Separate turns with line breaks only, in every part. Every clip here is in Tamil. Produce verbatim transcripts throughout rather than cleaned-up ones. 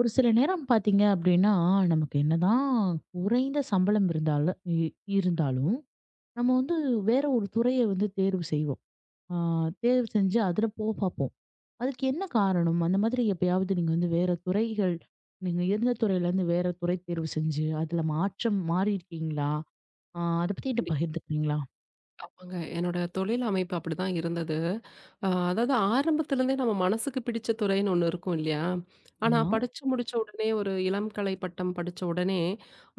ஒரு சில நேரம் பாத்தீங்க அப்படின்னா, நமக்கு என்னதான் குறைந்த சம்பளம் இருந்தாலும் இ இருந்தாலும், நம்ம வந்து வேற ஒரு துறைய வந்து தேர்வு செய்வோம். ஆ தேர்வு செஞ்சு அதுல போ பாப்போம். அதுக்கு என்ன காரணம்? அந்த மாதிரி எப்பயாவது நீங்க வந்து வேற துறைகள் நீங்க இருந்த துறையிலேருந்து வேற துறை தேர்வு செஞ்சு, அதுல மாற்றம் மாறியிருக்கீங்களா? ஆ அத பத்தி என்ட்ட
கண்டிப்பா.
பகிர்ந்துக்கிறீங்களா?
ஆமாங்க. என்னோட தொழில் அமைப்பு அப்படிதான் இருந்தது. அ அதாவது ஆரம்பத்துலேருந்தே நம்ம மனசுக்கு பிடிச்ச துறைன்னு ஒண்ணு இருக்கும் இல்லையா? ஆனா
ஆமா.
படிச்சு முடிச்ச உடனே ஒரு இளம் கலை பட்டம் படிச்ச உடனே,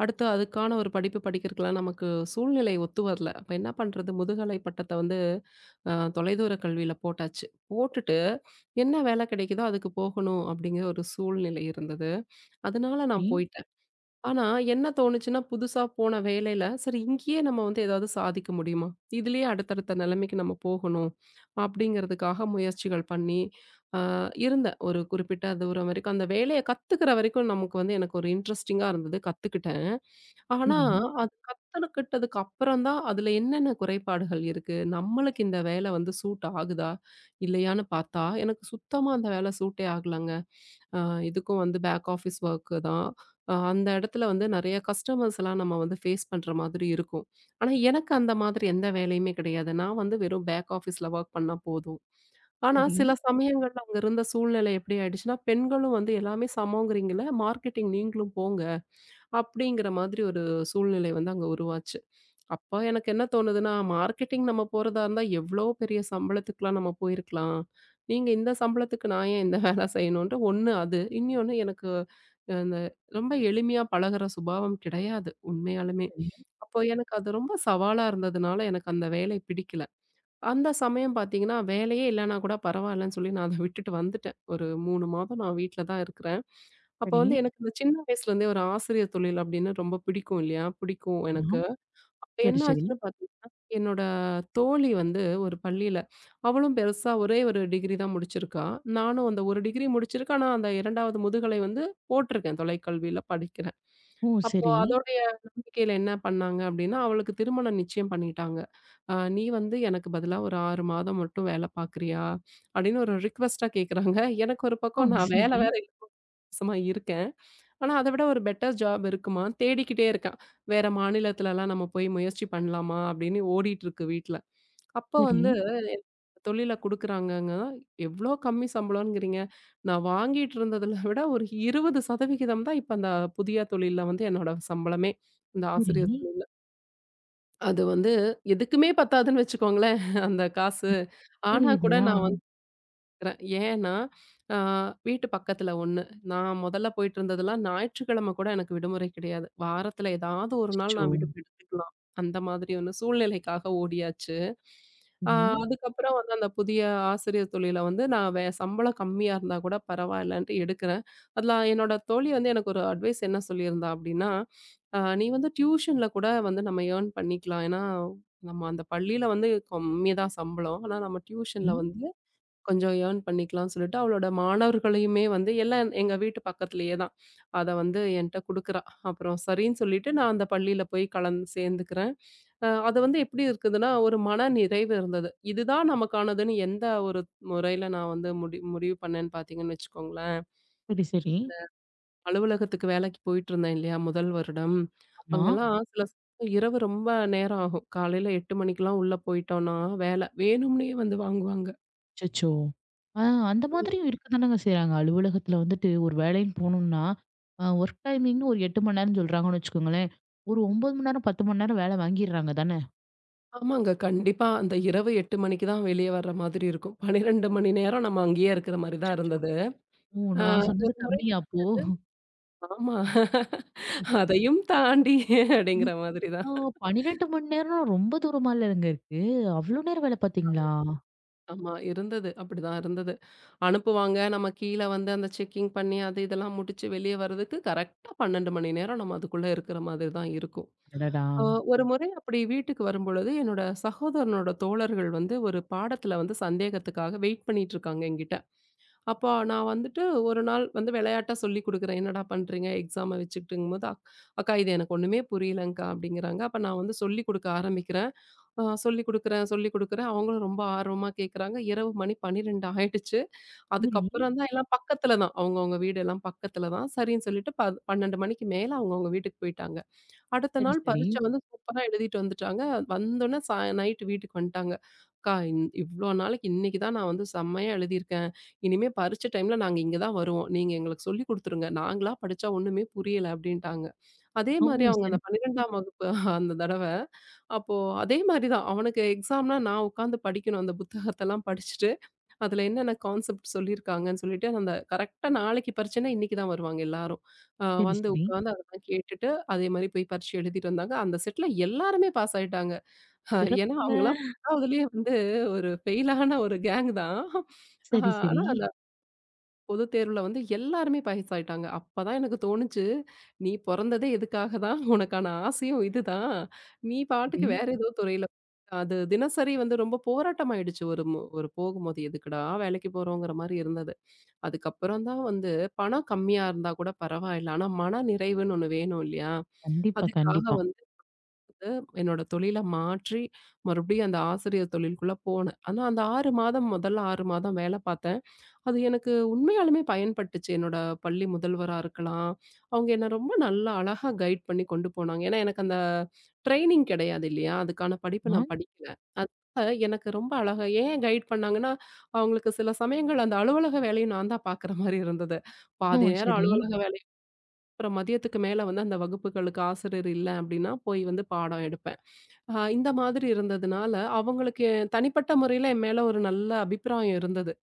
அடுத்து அதுக்கான ஒரு படிப்பு படிக்கிறதுக்கெல்லாம் நமக்கு சூழ்நிலை ஒத்து வரல. அப்ப என்ன பண்றது? முதுகலை பட்டத்த வந்து அ தொலைதூர கல்வியில போட்டாச்சு. போட்டுட்டு என்ன வேலை கிடைக்குதோ அதுக்கு போகணும் அப்படிங்கிற ஒரு சூழ்நிலை இருந்தது. அதனால
சரி,
நான் போயிட்டேன். ஆனா, என்ன தோணுச்சுன்னா, புதுசா போன வேலையில, சரி இங்கேயே நம்ம வந்து ஏதாவது சாதிக்க முடியுமா? இதுலயே அடுத்தடுத்த நிலைமைக்கு நம்ம போகணும், அப்படிங்கிறதுக்காக முயற்சிகள் பண்ணி, அ இருந்தேன். ஒரு குறிப்பிட்ட தூரம் வரைக்கும். அந்த வேலைய கத்துக்கிற வரைக்கும் நமக்கு வந்து எனக்கு ஒரு இன்ட்ரெஸ்டிங்கா இருந்தது. கத்துக்கிட்டேன். ஆனா,
சரி,
அது கத்துக்கிட்டதுக்கு அப்புறம் தான், அதுல என்னென்ன குறைபாடுகள் இருக்கு? நம்மளுக்கு இந்த வேலை வந்து சூட் ஆகுதா? இல்லையான்னு பார்த்தா, எனக்கு சுத்தமா அந்த வேலை சூட்டே ஆகலங்க. அ இதுக்கும் வந்து பேக் ஆஃபீஸ் ஒர்க்கு தான். அ அந்த இடத்துல வந்து நெறைய கஸ்டமர்ஸ்லாம் நம்ம வந்து ஃபேஸ் பண்ற மாதிரி இருக்கும். ஆனா, எனக்கு அந்த மாதிரி எந்த வேலையுமே கிடையாது. நான் வந்து வெறும் பேக் ஆஃபீஸ்ல வொர்க் பண்ணா போதும். ஆனா,
சரி,
சில சமயங்கள்ல அங்க இருந்த சூழ்நிலை எப்படி ஆயிடுச்சுன்னா, பெண்களும் வந்து எல்லாமே சமங்கிறீங்கள்ல, மார்க்கெட்டிங் நீங்களும் போங்க, அப்படிங்கிற மாதிரி ஒரு சூழ்நிலை வந்து அங்க உருவாச்சு. அப்ப எனக்கு என்ன தோணுதுன்னா, மார்க்கெட்டிங் நம்ம போறதா இருந்தா, எவ்ளோ பெரிய சம்பளத்துக்குலாம் நம்ம போயிருக்கலாம். நீங்க இந்த சம்பளத்துக்கு நான் ஏன் இந்த வேல செய்யணுன்ட்டு ஒண்ணு அது. இன்னியொன்னு எனக்கு அஹ், அந்த ரொம்ப எளிமையா பழகுற சுபாவம் கிடையாது, உண்மையாலுமே.
சரி,
அப்போ எனக்கு அது ரொம்ப சவாலா இருந்ததுனால, எனக்கு அந்த வேலை பிடிக்கல. அந்த சமயம் பார்த்தீங்கன்னா, வேலையே இல்லன்னா கூட பரவாயில்லன்னு சொல்லி நான் அத விட்டுட்டு வந்துட்டேன். ஒரு மூன்று மாதம் நான் வீட்ல தான் இருக்கிறேன். அப்ப
சரி.
வந்து எனக்கு இந்த சின்ன வயசுலேருந்தே ஒரு ஆசிரியர் தொழில் அப்படின்னு ரொம்ப பிடிக்கும் இல்லையா? பிடிக்கும்
ஆமா.
எனக்கு. இப்ப
சரி,
என்ன
சரி.
ஆச்சுன்னு பார்த்தீங்கன்னா, என்னோட தோழி வந்து ஒரு பள்ளியில அவளும் பெருசா ஒரே ஒரு டிகிரி தான் முடிச்சிருக்கா. நானும் அந்த ஒரு டிகிரி முடிச்சிருக்கேன். ஆனா, அந்த 2வது முதுகலை வந்து போட்டிருக்கேன். தொலைக்கல்வியில படிக்கிறேன்.
ஓ!
அப்போ
சரி.
அதோடைய நம்பிக்கையில என்ன பண்ணாங்க அப்டின்னா, அவளுக்கு திருமணம் நிச்சயம் பண்ணிட்டாங்க. "அ நீ வந்து எனக்கு பதிலா ஒரு ஆறு மாதம் மட்டும் வேல பார்க்குறியா?" அப்டின்னு ஒரு ரிக்வெஸ்ட்டா கேட்குறாங்க. எனக்கு ஒரு
ஓ!
பக்கம் நான் வேல
சரி,
வேற இலவசமா இருக்கேன். ஆனா, அத விட ஒரு பெட்டர் ஜாப் இருக்குமான்னு தேடிக்கிட்டே இருக்கேன். வேற மாநிலத்துலலாம் நம்ம போய் முயற்சி பண்ணலாமா? அப்படின்னு ஓடிட்டுருக்கு வீட்ல. அப்ப
சரி,
வந்து தொழில குடுக்குறாங்கங்க. எவ்ளோ கம்மி சம்பளம்ங்கிறீங்க? நான் வாங்கிட்டு இருந்ததுல விட ஒரு இருபது சதவீதம் தான் இப்ப அந்த புதிய தொழில்ல வந்து என்னோட சம்பளமே. இந்த
சரி.
ஆசிரியர் தொழில். அது வந்து எதுக்குமே பத்தாதுன்னு வச்சுக்கோங்களேன், அந்த காசு. ஆனா
புரியுது.
கூட
ஆ.
நான் இருக்கிறேன். ஏன்னா, அ வீட்டு பக்கத்துல ஒண்ணு. நான் முதல்ல போயிட்டு இருந்ததெல்லாம் ஞாயிற்றுக்கிழமை கூட எனக்கு விடுமுறை கிடையாது. வாரத்துல ஏதாவது ஒரு நாள்
அச்சச்சோ!
நான் விடுப்பு எடுத்துக்கலாம். அந்த மாதிரி ஒண்ணு சூழ்நிலைக்காக ஓடியாச்சு. அ
சரி,
அதுக்கப்புறம் வந்து அந்த புதிய ஆசிரியர் தொழில வந்து நான் வே சம்பளம் கம்மியா இருந்தா கூட பரவாயில்லன்ட்டு எடுக்கிறேன். அதுல என்னோட தோழி வந்து எனக்கு ஒரு அட்வைஸ் என்ன சொல்லியிருந்தா அப்படின்னா, அ "நீ வந்து டியூஷன்ல கூட வந்து நம்ம ஏர்ன் பண்ணிக்கலாம். ஏன்னா, நம்ம அந்த பள்ளியில வந்து கம்மி தான் சம்பளம். ஆனா நம்ம டியூஷன்ல வந்து கொஞ்சம் ஏர்ன் பண்ணிக்கலாம்னு சொல்லிட்டு, அவளோட மாணவர்களையுமே வந்து எல்லாம் எங்க வீட்டு பக்கத்திலேயே தான். அத வந்து என்ட்ட குடுக்குறா. அப்புறம் சரின்னு சொல்லிட்டு நான் அந்த பள்ளியில போய் கலந்து சேர்ந்துக்கிறேன். அ அது வந்து எப்படி இருக்குதுன்னா, ஒரு மன நிறைவு இருந்தது. இதுதான் நமக்கானதுன்னு எந்த ஒரு முறையில நான் வந்து முடி முடிவு பண்ணேன்னு பார்த்தீங்கன்னு வச்சுக்கோங்களேன்.
சரி, சரி, சரி.
அலுவலகத்துக்கு வேலைக்கு போயிட்டுருந்தேன் இல்லையா? முதல் வருடம்.
ஆமா.
அங்கெல்லாம் ம். சில சமயம் இரவு ரொம்ப நேரம் ஆகும். காலையில எட்டு மணிக்கெல்லாம் உள்ள போயிட்டோம்னா, வேலை வேணும்னே வந்து வாங்குவாங்க.
அச்சச்சோ! ஆ, அந்த மாதிரியும் இருக்கதானங்க செய்றாங்க. அலுவலகத்துல வந்துட்டு ஒரு வேலைன்னு போனோம்னா, அ ஒர்க் டைமிங்னு ஒரு எட்டு மணி நேரம்னு சொல்றாங்கன்னு வச்சுக்கோங்களேன். ஒரு ஒன்பது மணி நேரம், பத்து மணி நேரம் வேலை வாங்கிடுறாங்க தானே!
ஆமாங்க. கண்டிப்பா. அந்த இரவு எட்டு மணிக்கு தான் வெளிய வர்ற மாதிரி இருக்கும். பன்னிரண்டு மணி நேரம் நம்ம அங்கேயே இருக்கிற மாரி தான்
அச்சச்சோ!
இருந்தது.
ஓ!
ஆ
நான் சொன்னது
ஒரு முறை
கம்மியா அப்போ?
ஆமா. அதையும் தாண்டி அப்படிங்கிற மாதிரி தான்.
ஆ பன்னிரண்டு மணி நேரம் ரொம்ப தூரமா இல்லங்க இருக்கு. அவ்ளோ நேரம் வேலை பார்த்தீங்களா?
ஆமா இருந்தது. அப்படிதான் இருந்தது. அனுப்புவாங்க. நம்ம கீழ வந்து அந்த செக்கிங் பண்ணி அது இதெல்லாம் முடிச்சு வெளிய வர்றதுக்கு கரெக்ட்டா பன்னிரண்டு மணி நேரம் நம்ம அதுக்குள்ள இருக்கிற மாதிரி தான் இருக்கும்.
அடடா!
ஆ ஒரு முறை அப்படி வீட்டுக்கு வரும்பொழுது, என்னோட சகோதரனோட தோழர்கள் வந்து ஒரு பாடத்துல வந்து சந்தேகத்துக்காக வெயிட் பண்ணிட்டு இருக்காங்க என்கிட்ட. அப்போ நான் வந்துட்டு ஒரு நாள் வந்து விளையாட்டா சொல்லிக் குடுக்குறேன். "என்னடா பண்றீங்க எக்ஸாம வச்சுக்கிட்டுங்கும்போது" "அக் அக்கா இது எனக்கு ஒண்ணுமே புரியலங்க்கா" அப்படிங்கிறாங்க. அப்ப நான் வந்து சொல்லிக் குடுக்க ஆரம்பிக்கிறேன். அ சொல்லிக் குடுக்குறேன், சொல்லிக் குடுக்குறேன். அவங்களும் ரொம்ப ஆர்வமா கேட்குறாங்க. இரவு மணி பன்னிரண்டு ஆயிடுச்சு.
சரி,
அதுக்கப்புறம் தான் எல்லாம் பக்கத்துல தான். அவங்கவங்க வீடு எல்லாம் பக்கத்துல தான். சரின்னு சொல்லிட்டு ப பன்னிரண்டு மணிக்கு மேல அவங்கவங்க வீட்டுக்கு போயிட்டாங்க. அடுத்த
சரி,
நாள்
சரி.
பரீட்சை வந்து சூப்பரா எழுதிட்டு வந்துட்டாங்க. வந்தோனே சா நைட் வீட்டுக்கு வந்துட்டாங்க. "அக்கா இன் இவ்ளோ நாளைக்கு இன்னைக்கு தான் நான் வந்து செம்மையா எழுதியிருக்கேன். இனிமே பரீட்சை டைம்ல நாங்க இங்க தான் வருவோம். நீங்க எங்களுக்கு சொல்லிக் குடுத்துருங்க. நாங்களா படிச்சா ஒண்ணுமே புரியல" அப்படின்ட்டாங்க. அதே
ஓ!
மாரி அவங்க அந்த
சிறப்பு.
12ஆம் வகுப்பு அந்த தடவ. அப்போ அதே மாரி தான். அவனுக்கு எக்ஸாம்னா நான் உட்காந்து படிக்கணும். அந்த புத்தகத்தெல்லாம் படிச்சுட்டு அதுல என்னென்ன கான்செப்ட் சொல்லியிருக்காங்கன்னு சொல்லிட்டு, அந்த கரெக்ட்டா நாளைக்கு பரீட்சைன்னா இன்னைக்கு தான் வருவாங்க எல்லாரும். அ
சரி,
வந்து
சரி.
உட்காந்து அதெல்லாம் கேட்டுட்டு, அதே மாரி போய் பரீட்சை எழுதிட்டு வந்தாங்க. அந்த செட்ல எல்லாருமே பாஸ் ஆயிட்டாங்க. அஹ் ஏன்னா
சிறப்புங்க.
அவங்கலாம் 10வதுலயே வந்து ஒரு ஃபெயில் ஆன ஒரு கேங் தான். ஆஹ்
சரி,
ஆனா
சரி,
அந்த பொது தேர்வுல வந்து எல்லாருமே பாஸ் ஆயிட்டாங்க. அப்பதான் எனக்கு தோணுச்சு, "நீ பொறந்ததே இதுக்காக தான். உனக்கான ஆசையும் இதுதான். நீ பாட்டுக்கு
சரி.
வேற ஏதோ துறையில" அது தினசரி வந்து ரொம்ப போராட்டம் ஆயிடுச்சு. ஒரு மு ஒரு போகும்போது, "எதுக்குடா வேலைக்கு போறோங்கிற" மாரி இருந்தது. அதுக்கப்புறம் தான் வந்து பணம் கம்மியா இருந்தா கூட பரவாயில்ல. ஆனா மன நிறைவுன்னு ஒண்ணு வேணும் இல்லையா?
கண்டிப்பா,
அதுக்காக
கண்டிப்பா.
வந்து என்னோட தொழில மாற்றி மறுபடியும் அந்த ஆசிரியர் தொழிலுக்குள்ள போனேன். ஆனா அந்த ஆறு மாதம் முதல்ல ஆறு மாதம் வேல பார்த்தேன். அது எனக்கு உண்மையாலுமே பயன்பட்டுச்சு. என்னோட பள்ளி முதல்வரா இருக்கலாம். அவங்க என்ன ரொம்ப நல்லா அழகா கைட் பண்ணி கொண்டு போனாங்க. ஏன்னா எனக்கு அந்த ட்ரெய்னிங் கிடையாது இல்லையா? அதுக்கான படிப்பு
ஆ.
நான் படிக்கல. அதனால எனக்கு ரொம்ப அழகா ஏன் கைட் பண்ணாங்கன்னா, அவங்களுக்கு சில சமயங்கள் அந்த அலுவலக வேலையும் நான் தான் பார்க்குற மாரி இருந்தது.
ஓ!
பாதி நேரம்
சரி.
அலுவலக வேலை அப்புறம் மதியத்துக்கு மேல வந்து அந்த வகுப்புகளுக்கு ஆசிரியர் இல்ல அப்படின்னா போய் வந்து பாடம் எடுப்பேன். ஆ இந்த மாதிரி இருந்ததுனால, அவங்களுக்கு என் தனிப்பட்ட முறையில என் மேல ஒரு நல்ல அபிப்பிராயம் இருந்தது.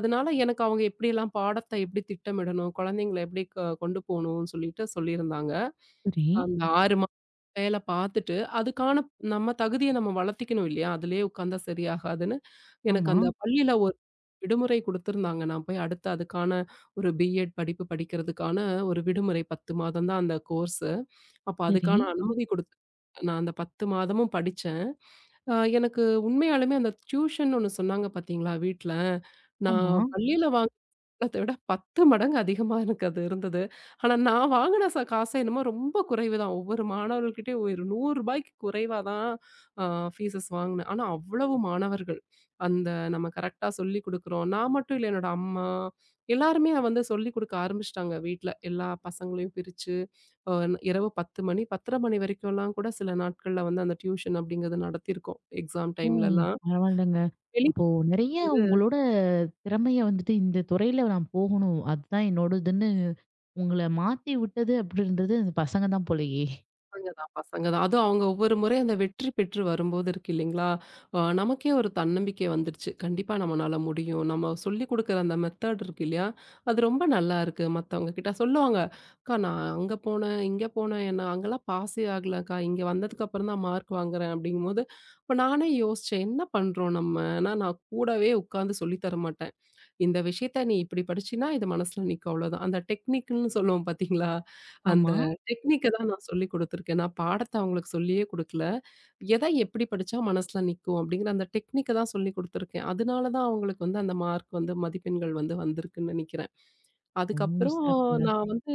அதனால எனக்கு அவங்க எப்படிலாம் பாடத்த எப்படி திட்டமிடணும், குழந்தைங்கள எப்படி க கொண்டு போணும்னு சொல்லிட்டு சொல்லியிருந்தாங்க.
சரி.
அந்த ஆறு மாத வேல பார்த்துட்டு, அதுக்கான நம்ம தகுதிய நம்ம வளர்த்திக்கணும் இல்லையா? அதிலேயே உட்கார்ந்தா சரியாகாதுன்னு, எனக்கு
ஆமா.
அந்த பள்ளியில ஒரு விடுமுறை குடுத்திருந்தாங்க. நான் போய் அடுத்து அதுக்கான ஒரு பிஎட் படிப்பு படிக்கிறதுக்கான ஒரு விடுமுறை பத்து மாதம் தான் அந்த கோர்ஸு. அப்ப
சரி.
அதுக்கான அனுமதி குடுத்து நான் அந்த பத்து மாதமும் படிச்சேன். அ எனக்கு உண்மையாலுமே அந்த டியூஷன் ஒண்ணு சொன்னாங்க பார்த்தீங்களா வீட்ல,
ஆமா.
நான் பள்ளியில வாங்குனத விட பத்து மடங்கு அதிகமா எனக்கு அது இருந்தது. ஆனா நான் வாங்குன ச காசு என்னமோ ரொம்ப குறைவு தான். ஒவ்வொரு மாணவர்கள்கிட்டயும் ஒரு ரூ. நூறு குறைவா தான் அ ஃபீஸஸ் வாங்குனேன். ஆனா அவ்வளவு மாணவர்கள். அந்த நம்ம கரெக்ட்டா சொல்லிக் குடுக்குறோம். நான் மட்டும் இல்ல என்னோட அம்மா, எல்லாருமே வந்து சொல்லிக் குடுக்க ஆரம்பிச்சுட்டாங்க வீட்ல. எல்லா பசங்களையும் பிரிச்சு. அ இரவு பத்து மணி பத்தரை மணி வரைக்கும்லாம் கூட சில நாட்கள்ல வந்து அந்த டியூஷன் அப்படிங்கிறது நடத்தியிருக்கோம். எக்ஸாம்
ஓ!
டைம்லலாம்.
பரவால்லங்க.
வெளிய
அப்போ நெறைய
வந்து
உங்களோட திறமைய வந்துட்டு இந்த துறையில நான் போகணும். அதுதான் என்னோட இதுன்னு உங்கள மாத்தி விட்டது அப்படின்றது அந்த பசங்க தான் போலயே!
பசங்க தான் பசங்க தான். அதுவும் அவங்க ஒவ்வொரு முறை அந்த வெற்றி பெற்று வரும்போது இருக்கு இல்லைங்களா? அ நமக்கே ஒரு தன்னம்பிக்கை வந்துருச்சு. கண்டிப்பா நம்மனால முடியும். நம்ம சொல்லிக் குடுக்குற அந்த மெத்தட் இருக்கு இல்லையா? அது ரொம்ப நல்லா இருக்கு. மத்தவங்க கிட்ட சொல்லுவாங்க, "அக்கா நான் அங்க போனேன், இங்க போனேன். என்ன அங்கலாம் பாஸே ஆகலக்கா. இங்க வந்ததுக்கப்புறம் தான் மார்க் வாங்குறேன்." அப்படிங்கும்போது, அப்ப நானே யோசிச்சேன், "என்ன பண்றோம் நம்ம?" ஆனா நான் கூடவே உட்கார்ந்து சொல்லி தர மாட்டேன். இந்த விஷயத்த நீ இப்படி படிச்சின்னா இது மனசுல நிக்கும் அவ்வளோதான். அந்த டெக்னிக்குன்னு சொல்லுவோம் பார்த்தீங்களா? அந்த
ஆமா.
டெக்னிக்க தான் நான் சொல்லிக் குடுத்துருக்கேன். நான் பாடத்த அவங்களுக்கு சொல்லியே குடுக்கல. எத எப்படி படிச்சா மனசுல நிக்கும் அப்படிங்கிற அந்த டெக்னிக்க தான் சொல்லிக் குடுத்துருக்கேன். அதனால தான் அவங்களுக்கு வந்து அந்த மார்க் வந்து மதிப்பெண்கள் வந்து வந்திருக்குன்னு நெனைக்கிறேன்.
ஓ!
அதுக்கப்புறம்
சிறப்புங்க.
நான் வந்து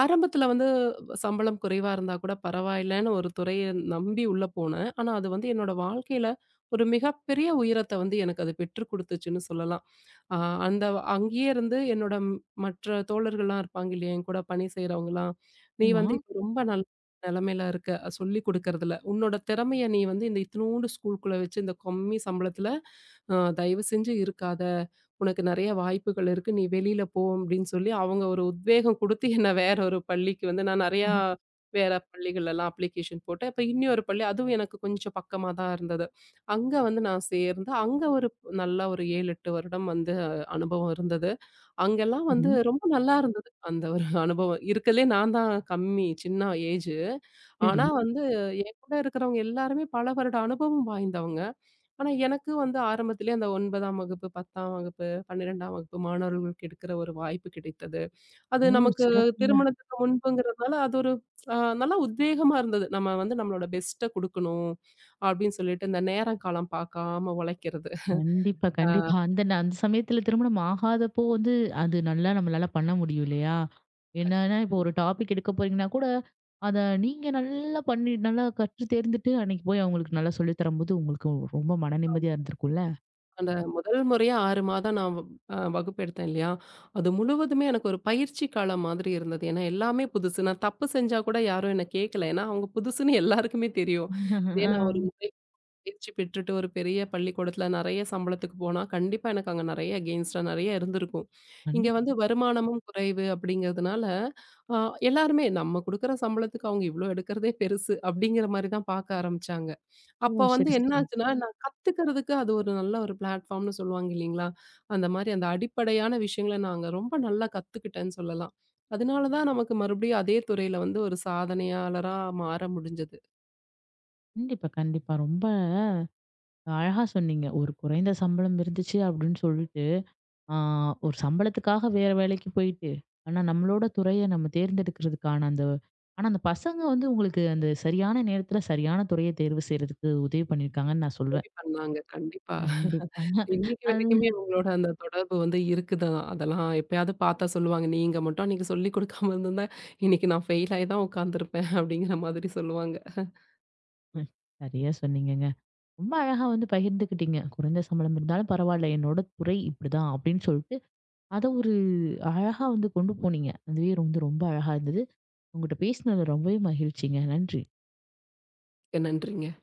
ஆரம்பத்துல வந்து சம்பளம் குறைவா இருந்தா கூட பரவாயில்லன்னு ஒரு துறைய நம்பி உள்ள போனேன். ஆனா அது வந்து என்னோட வாழ்க்கையில ஒரு மிகப்பெரிய உயரத்த வந்து எனக்கு அது பெற்றுக் குடுத்துச்சுன்னு சொல்லலாம். அ அந்த அங்கேயே இருந்து என்னோட ம்- மற்ற தோழர்கள்லாம் இருப்பாங்க இல்லையா? என் கூட பணி செய்றவங்கலாம், "நீ
ஆமா.
வந்து இப்ப ரொம்ப நல்லா நிலைமையில இருக்க. அஹ் சொல்லி குடுக்கறதில்ல. உன்னோட திறமைய நீ வந்து இந்த இத்துணூண்டு ஸ்கூலுக்குள்ள வச்சு இந்த கம்மி சம்பளத்துல அ தயவு செஞ்சு இருக்காத. உனக்கு நெறைய வாய்ப்புகள் இருக்கு. நீ வெளியில போ அப்படின்னு சொல்லி அவங்க ஒரு உத்வேகம் குடுத்து என்ன வேற ஒரு பள்ளிக்கு வந்து நான் நெறையா
சரி.
வேற பள்ளிகள்லலாம் அப்ளிகேஷன் போட்டேன். அப்ப இன்னி ஒரு பள்ளி அதுவும் எனக்கு கொஞ்சம் பக்கமா தான் இருந்தது. அங்க வந்து நான் சேர்ந்து, அங்க ஒரு நல்ல ஒரு ஏழு, எட்டு வருடம் வந்து அனுபவம் இருந்தது. அங்கெல்லாம் வந்து
சரி.
ரொம்ப நல்லா இருந்தது. அந்த ஒரு அனுபவம். இருக்கறதுலயே நான் தான் கம்மி சின்ன ஏஜு.
சரி.
ஆனா வந்து என் கூட இருக்கிறவங்க எல்லாருமே பல வருட அனுபவம் வாய்ந்தவங்க. ஆனா எனக்கு வந்து ஆரம்பத்திலேயே அந்த 9ஆம் வகுப்பு, 10ஆம் வகுப்பு, 12ஆம் வகுப்பு மாணவர்களுக்கு எடுக்கிற ஒரு வாய்ப்பு கிடைத்தது. அது
ஓ!
நமக்கு
சிறப்புங்க.
திருமணத்துக்கு முன்புங்கிறதுனால அது ஒரு அ நல்லா உத்வேகமா இருந்தது. நம்ம வந்து நம்மளோட பெஸ்ட்ட குடுக்கணும் அப்படின்னு சொல்லிட்டு இந்த நேரம் காலம் பார்க்காம உழைக்கிறது.
கண்டிப்பா, கண்டிப்பா. அந்த ந அந்த சமயத்துல திருமணம் ஆகாதப்போ வந்து, அது நல்லா நம்மளால பண்ண முடியும் இல்லையா? என்னன்னா, இப்போ ஒரு டாபிக் எடுக்க போறீங்கன்னா கூட, அத நீங்க நல்லா பண்ணி நல்லா கற்று தேர்ந்துட்டு, அன்னைக்கு போய் அவங்களுக்கு நல்லா சொல்லி தரும்போது, உங்களுக்கு ரொம்ப மன நிம்மதியா இருந்திருக்கும்ல?
அந்த முதல் முறையா ஆறு மாதம் நான் அ வகுப்பு எடுத்தேன் இல்லையா? அது முழுவதுமே எனக்கு ஒரு பயிற்சி காலம் மாதிரி இருந்தது. ஏன்னா எல்லாமே புதுசு. நான் தப்பு செஞ்சா கூட யாரும் என்ன கேட்கல. ஏன்னா அவங்க புதுசுன்னு எல்லாருக்குமே தெரியும். இதே நான் ஒரு
ஆ.
முறை பயிற்சி பெற்றுட்டு ஒரு பெரிய பள்ளிக்கூடத்துல நெறைய சம்பளத்துக்கு போனா, கண்டிப்பா எனக்கு அங்க நெறைய அகெயின்ஸ்டா நெறைய இருந்திருக்கும். இங்க
கண்டிப்
வந்து வருமானமும் குறைவு அப்படிங்கிறதுனால, அ எல்லாருமே நம்ம குடுக்குற சம்பளத்துக்கு அவங்க இவ்ளோ எடுக்கிறதே பெருசு அப்படிங்கிற மாரி தான் பார்க்க ஆரம்பிச்சாங்க.
ஓ!
அப்ப வந்து
சரி,
என்ன ம்.
சரி.
ஆச்சுன்னா, நான் கத்துக்கிறதுக்கு அது ஒரு நல்ல ஒரு பிளாட்ஃபார்ம்னு சொல்லுவாங்க இல்லீங்களா? அந்த மாரி அந்த அடிப்படையான விஷயங்கள நாங்க ரொம்ப நல்லா கத்துக்கிட்டேன்னு சொல்லலாம். அதனால தான் நமக்கு மறுபடியும் அதே துறையில வந்து ஒரு சாதனையாளரா மாற முடிஞ்சது.
கண்டிப்பா, கண்டிப்பா. ரொம்ப அழகா சொன்னீங்க. ஒரு குறைந்த சம்பளம் இருந்துச்சு அப்படின்னு சொல்லி ஆ, ஒரு சம்பளத்துக்காக வேற வேலைக்கு போயிட்டு, ஆனா நம்மளோட துறைய நம்ம தேர்ந்தெடுக்கிறதுக்கான அந்த ஆனா அந்த பசங்க வந்து உங்களுக்கு அந்த சரியான நேரத்துல சரியான துறைய தேர்வு செய்றதுக்கு உதவி பண்ணியிருக்காங்கன்னு நான் சொல்வேன்.
உதவி பண்ணாங்க கண்டிப்பா.
கண்டிப்பாங்க.
இன்னைக்கு
அது
வரைக்குமே அவங்களோட அந்த தொடர்பு வந்து இருக்குது தான். அதெல்லாம் எப்பயாவது பார்த்தா சொல்லுவாங்க, "நீங்க மட்டும் அன்னைக்கு சொல்லிக் குடுக்காம இருந்திருந்தா, இன்னைக்கு நான் ஃபெயில் ஆயி தான் உட்காந்துருப்பேன்" அப்படிங்கிற மாதிரி சொல்லுவாங்க.
ம். சரியா சொன்னீங்கங்க. ரொம்ப அழகா வந்து பகிர்ந்துக்கிட்டீங்க. குறைந்த சம்பளம் இருந்தாலும் பரவால்ல, என்னோட துறை இப்படிதான் அப்படின்னு சொல்லிட்டு, அத ஒரு அழகா வந்து கொண்டு போனீங்க. அதுவே வந்து ரொம்ப அழகா இருந்தது. உங்ககிட்ட பேசினது ரொம்பவே மகிழ்ச்சிங்க. நன்றி.
மிக்க நன்றிங்க.